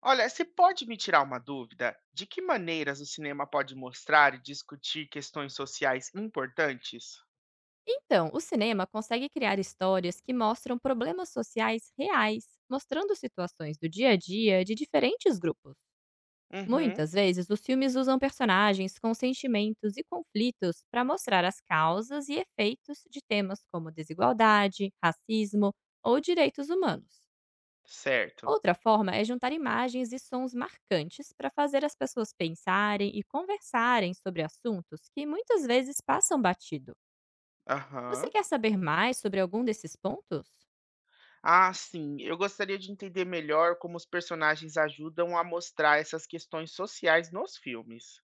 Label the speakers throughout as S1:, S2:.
S1: Olha, você pode me tirar uma dúvida? De que maneiras o cinema pode mostrar e discutir questões sociais importantes?
S2: Então, o cinema consegue criar histórias que mostram problemas sociais reais, mostrando situações do dia a dia de diferentes grupos.
S1: Uhum,
S2: Muitas vezes, os filmes usam personagens com sentimentos e conflitos para mostrar as causas e efeitos de temas como desigualdade, racismo ou direitos humanos.
S1: certo.
S2: Outra forma é juntar imagens e sons marcantes para fazer as pessoas pensarem e conversarem sobre assuntos que muitas vezes passam batido.
S1: Aham.
S2: Você quer saber mais sobre algum desses pontos?
S1: Ah, sim. Eu gostaria de entender melhor como os personagens ajudam a mostrar essas questões sociais nos filmes.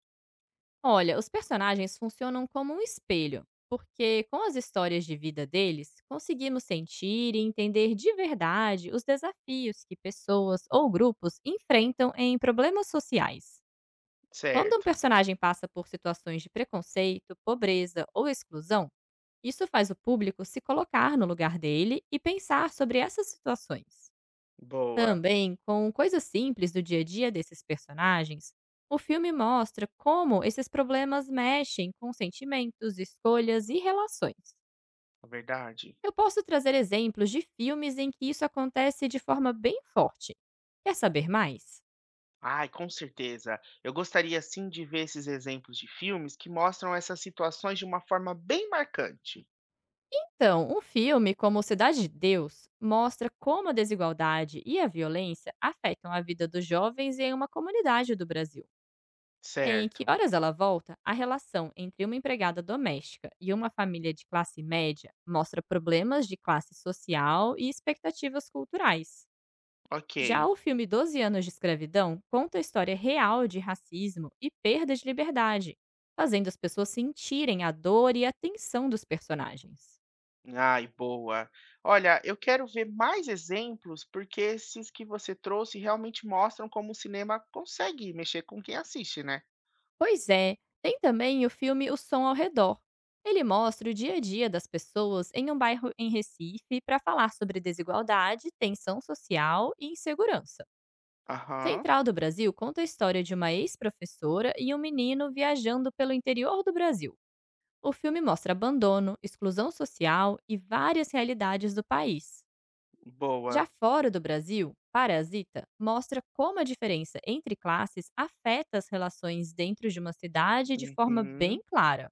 S2: Olha, os personagens funcionam como um espelho, porque com as histórias de vida deles, conseguimos sentir e entender de verdade os desafios que pessoas ou grupos enfrentam em problemas sociais. Quando um
S1: Certo.
S2: personagem passa por situações de preconceito, pobreza ou exclusão, isso faz o público se colocar no lugar dele e pensar sobre essas situações.
S1: Boa.
S2: Também, com coisas simples do dia a dia desses personagens, o filme mostra como esses problemas mexem com sentimentos, escolhas e relações.
S1: É verdade.
S2: Eu posso trazer exemplos de filmes em que isso acontece de forma bem forte. Quer saber mais?
S1: Ai, com certeza. Eu gostaria sim de ver esses exemplos de filmes que mostram essas situações de uma forma bem marcante.
S2: Então, um filme como Cidade de Deus mostra como a desigualdade e a violência afetam a vida dos jovens em uma comunidade do Brasil. Em que
S1: Certo.
S2: horas ela volta, a relação entre uma empregada doméstica e uma família de classe média mostra problemas de classe social e expectativas culturais.
S1: Ok.
S2: Já o filme Doze Anos de Escravidão conta a história real de racismo e perda de liberdade, fazendo as pessoas sentirem a dor e a tensão dos personagens.
S1: Ai, boa. Olha, eu quero ver mais exemplos, porque esses que você trouxe realmente mostram como o cinema consegue mexer com quem assiste, né?
S2: Pois é, tem também o filme O Som ao Redor. Ele mostra o dia a dia das pessoas em um bairro em Recife para falar sobre desigualdade, tensão social e insegurança.
S1: Aham,
S2: Central do Brasil conta a história de uma ex-professora e um menino viajando pelo interior do Brasil. O filme mostra abandono, exclusão social e várias realidades do país. Já
S1: boa.
S2: fora do Brasil, Parasita mostra como a diferença entre classes afeta as relações dentro de uma cidade de forma bem
S1: Uhum,
S2: clara.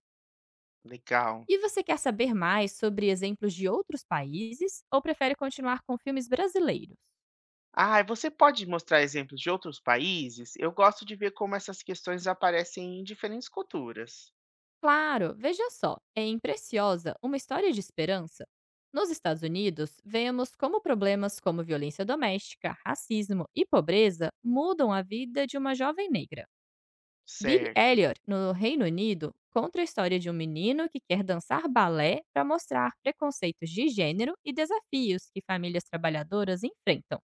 S1: legal.
S2: E você quer saber mais sobre exemplos de outros países ou prefere continuar com filmes brasileiros?
S1: Ah, você pode mostrar exemplos de outros países? Eu gosto de ver como essas questões aparecem em diferentes culturas.
S2: Claro, veja só, é em uma história de esperança. Nos Estados Unidos, vemos como problemas como violência doméstica, racismo e pobreza mudam a vida de uma jovem negra. Bill
S1: Certo.
S2: Elliot, no Reino Unido, conta a história de um menino que quer dançar balé para mostrar preconceitos de gênero e desafios que famílias trabalhadoras enfrentam.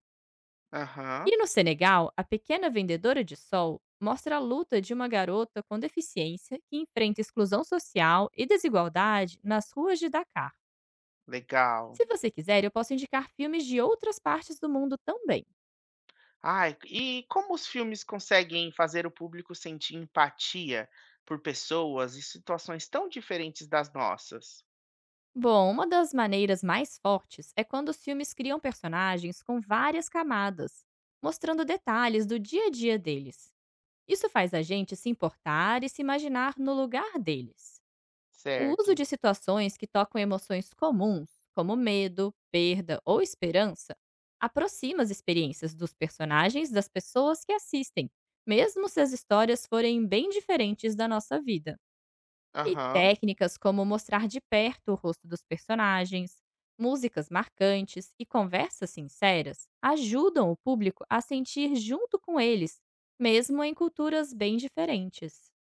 S1: Aham,
S2: E no Senegal, a pequena vendedora de sol mostra a luta de uma garota com deficiência que enfrenta exclusão social e desigualdade nas ruas de Dakar.
S1: legal.
S2: Se você quiser, eu posso indicar filmes de outras partes do mundo também.
S1: Ai, e como os filmes conseguem fazer o público sentir empatia por pessoas e situações tão diferentes das nossas?
S2: Bom, uma das maneiras mais fortes é quando os filmes criam personagens com várias camadas, mostrando detalhes do dia a dia deles. Isso faz a gente se importar e se imaginar no lugar deles. O uso
S1: Certo.
S2: de situações que tocam emoções comuns, como medo, perda ou esperança, aproxima as experiências dos personagens das pessoas que assistem, mesmo se as histórias forem bem diferentes da nossa vida. E
S1: Aham.
S2: técnicas como mostrar de perto o rosto dos personagens, músicas marcantes e conversas sinceras ajudam o público a sentir junto com eles, mesmo em culturas bem diferentes.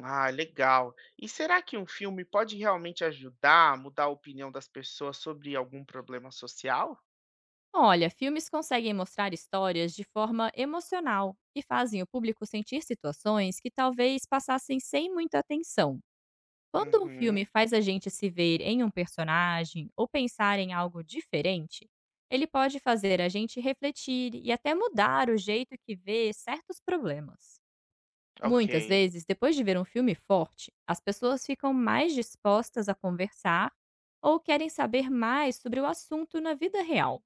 S1: Ah, legal. E será que um filme pode realmente ajudar a mudar a opinião das pessoas sobre algum problema social?
S2: Olha, filmes conseguem mostrar histórias de forma emocional e fazem o público sentir situações que talvez passassem sem muita atenção. Quando um filme
S1: Uhum.
S2: faz a gente se ver em um personagem ou pensar em algo diferente, ele pode fazer a gente refletir e até mudar o jeito que vê certos problemas.
S1: Ok.
S2: Muitas vezes, depois de ver um filme forte, as pessoas ficam mais dispostas a conversar ou querem saber mais sobre o assunto na vida real.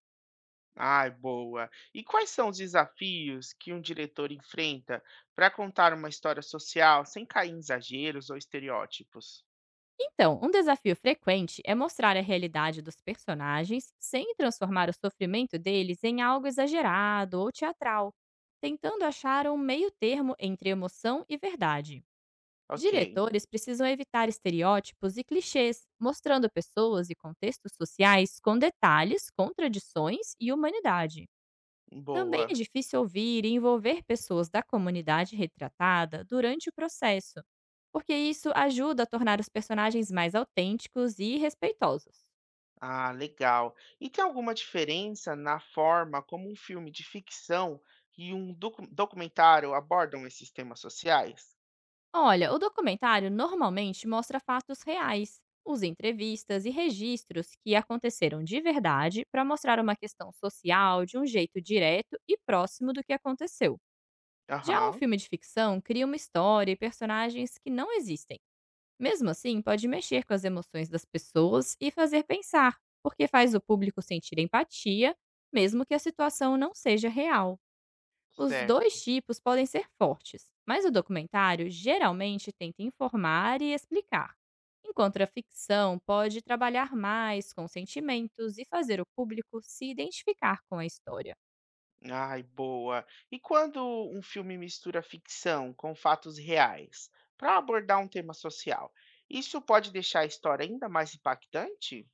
S1: Ai, boa. E quais são os desafios que um diretor enfrenta para contar uma história social sem cair em exageros ou estereótipos?
S2: Então, um desafio frequente é mostrar a realidade dos personagens sem transformar o sofrimento deles em algo exagerado ou teatral, tentando achar um meio termo entre emoção e verdade.
S1: Ok,
S2: Diretores precisam evitar estereótipos e clichês, mostrando pessoas e contextos sociais com detalhes, contradições e humanidade. Também é
S1: boa.
S2: difícil ouvir e envolver pessoas da comunidade retratada durante o processo, porque isso ajuda a tornar os personagens mais autênticos e respeitosos.
S1: Ah, legal. E tem alguma diferença na forma como um filme de ficção e um documentário abordam esses temas sociais?
S2: Olha, o documentário normalmente mostra fatos reais, usa entrevistas e registros que aconteceram de verdade para mostrar uma questão social de um jeito direto e próximo do que aconteceu. Já um
S1: Aham,
S2: filme de ficção cria uma história e personagens que não existem. Mesmo assim, pode mexer com as emoções das pessoas e fazer pensar, porque faz o público sentir empatia, mesmo que a situação não seja real. Os
S1: certo.
S2: dois tipos podem ser fortes, mas o documentário geralmente tenta informar e explicar, enquanto a ficção pode trabalhar mais com sentimentos e fazer o público se identificar com a história.
S1: Ai, boa. E quando um filme mistura ficção com fatos reais para abordar um tema social, isso pode deixar a história ainda mais impactante?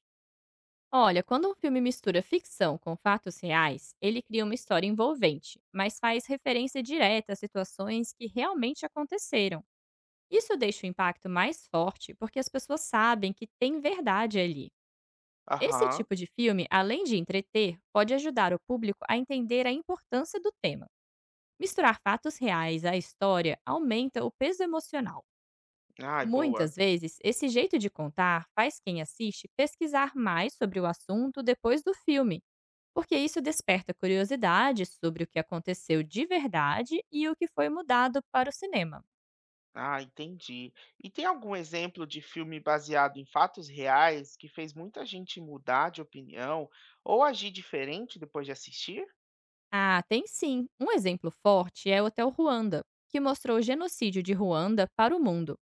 S2: Olha, quando um filme mistura ficção com fatos reais, ele cria uma história envolvente, mas faz referência direta a situações que realmente aconteceram. Isso deixa o impacto mais forte porque as pessoas sabem que tem verdade ali. Esse
S1: Aham,
S2: tipo de filme, além de entreter, pode ajudar o público a entender a importância do tema. Misturar fatos reais à história aumenta o peso emocional.
S1: ai, boa.
S2: Muitas vezes, esse jeito de contar faz quem assiste pesquisar mais sobre o assunto depois do filme porque isso desperta curiosidade sobre o que aconteceu de verdade e o que foi mudado para o cinema.
S1: Ah, entendi. E tem algum exemplo de filme baseado em fatos reais que fez muita gente mudar de opinião ou agir diferente depois de assistir?
S2: Ah, tem sim. Um exemplo forte é o Hotel Ruanda, que mostrou o genocídio de Ruanda para o mundo.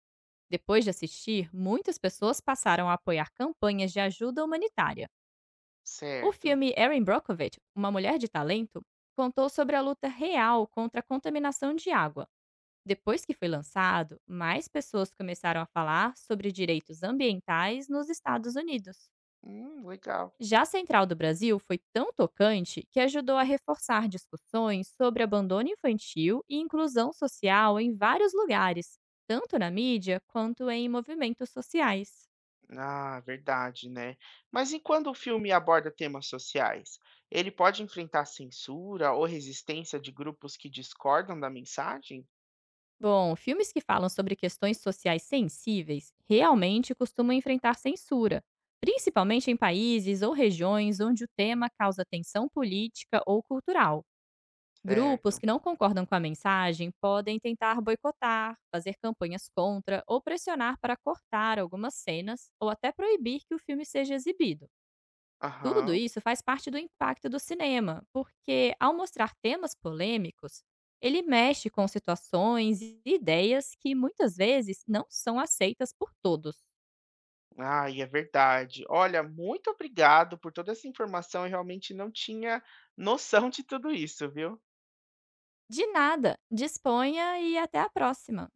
S2: Depois de assistir, muitas pessoas passaram a apoiar campanhas de ajuda humanitária. O
S1: Certo.
S2: filme Erin Brockovich, Uma Mulher de Talento, contou sobre a luta real contra a contaminação de água. Depois que foi lançado, mais pessoas começaram a falar sobre direitos ambientais nos Estados Unidos.
S1: Legal.
S2: Já a Central do Brasil foi tão tocante que ajudou a reforçar discussões sobre abandono infantil e inclusão social em vários lugares, tanto na mídia quanto em movimentos sociais.
S1: Ah, verdade, né? Mas e quando o filme aborda temas sociais? Ele pode enfrentar censura ou resistência de grupos que discordam da mensagem?
S2: Bom, filmes que falam sobre questões sociais sensíveis realmente costumam enfrentar censura, principalmente em países ou regiões onde o tema causa tensão política ou cultural. Grupos
S1: Certo.
S2: que não concordam com a mensagem podem tentar boicotar, fazer campanhas contra ou pressionar para cortar algumas cenas ou até proibir que o filme seja exibido. Tudo
S1: Aham.
S2: isso faz parte do impacto do cinema, porque ao mostrar temas polêmicos, ele mexe com situações e ideias que muitas vezes não são aceitas por todos.
S1: Ai, é verdade. Olha, muito obrigado por toda essa informação. Eu realmente não tinha noção de tudo isso, viu?
S2: De nada, disponha e até a próxima!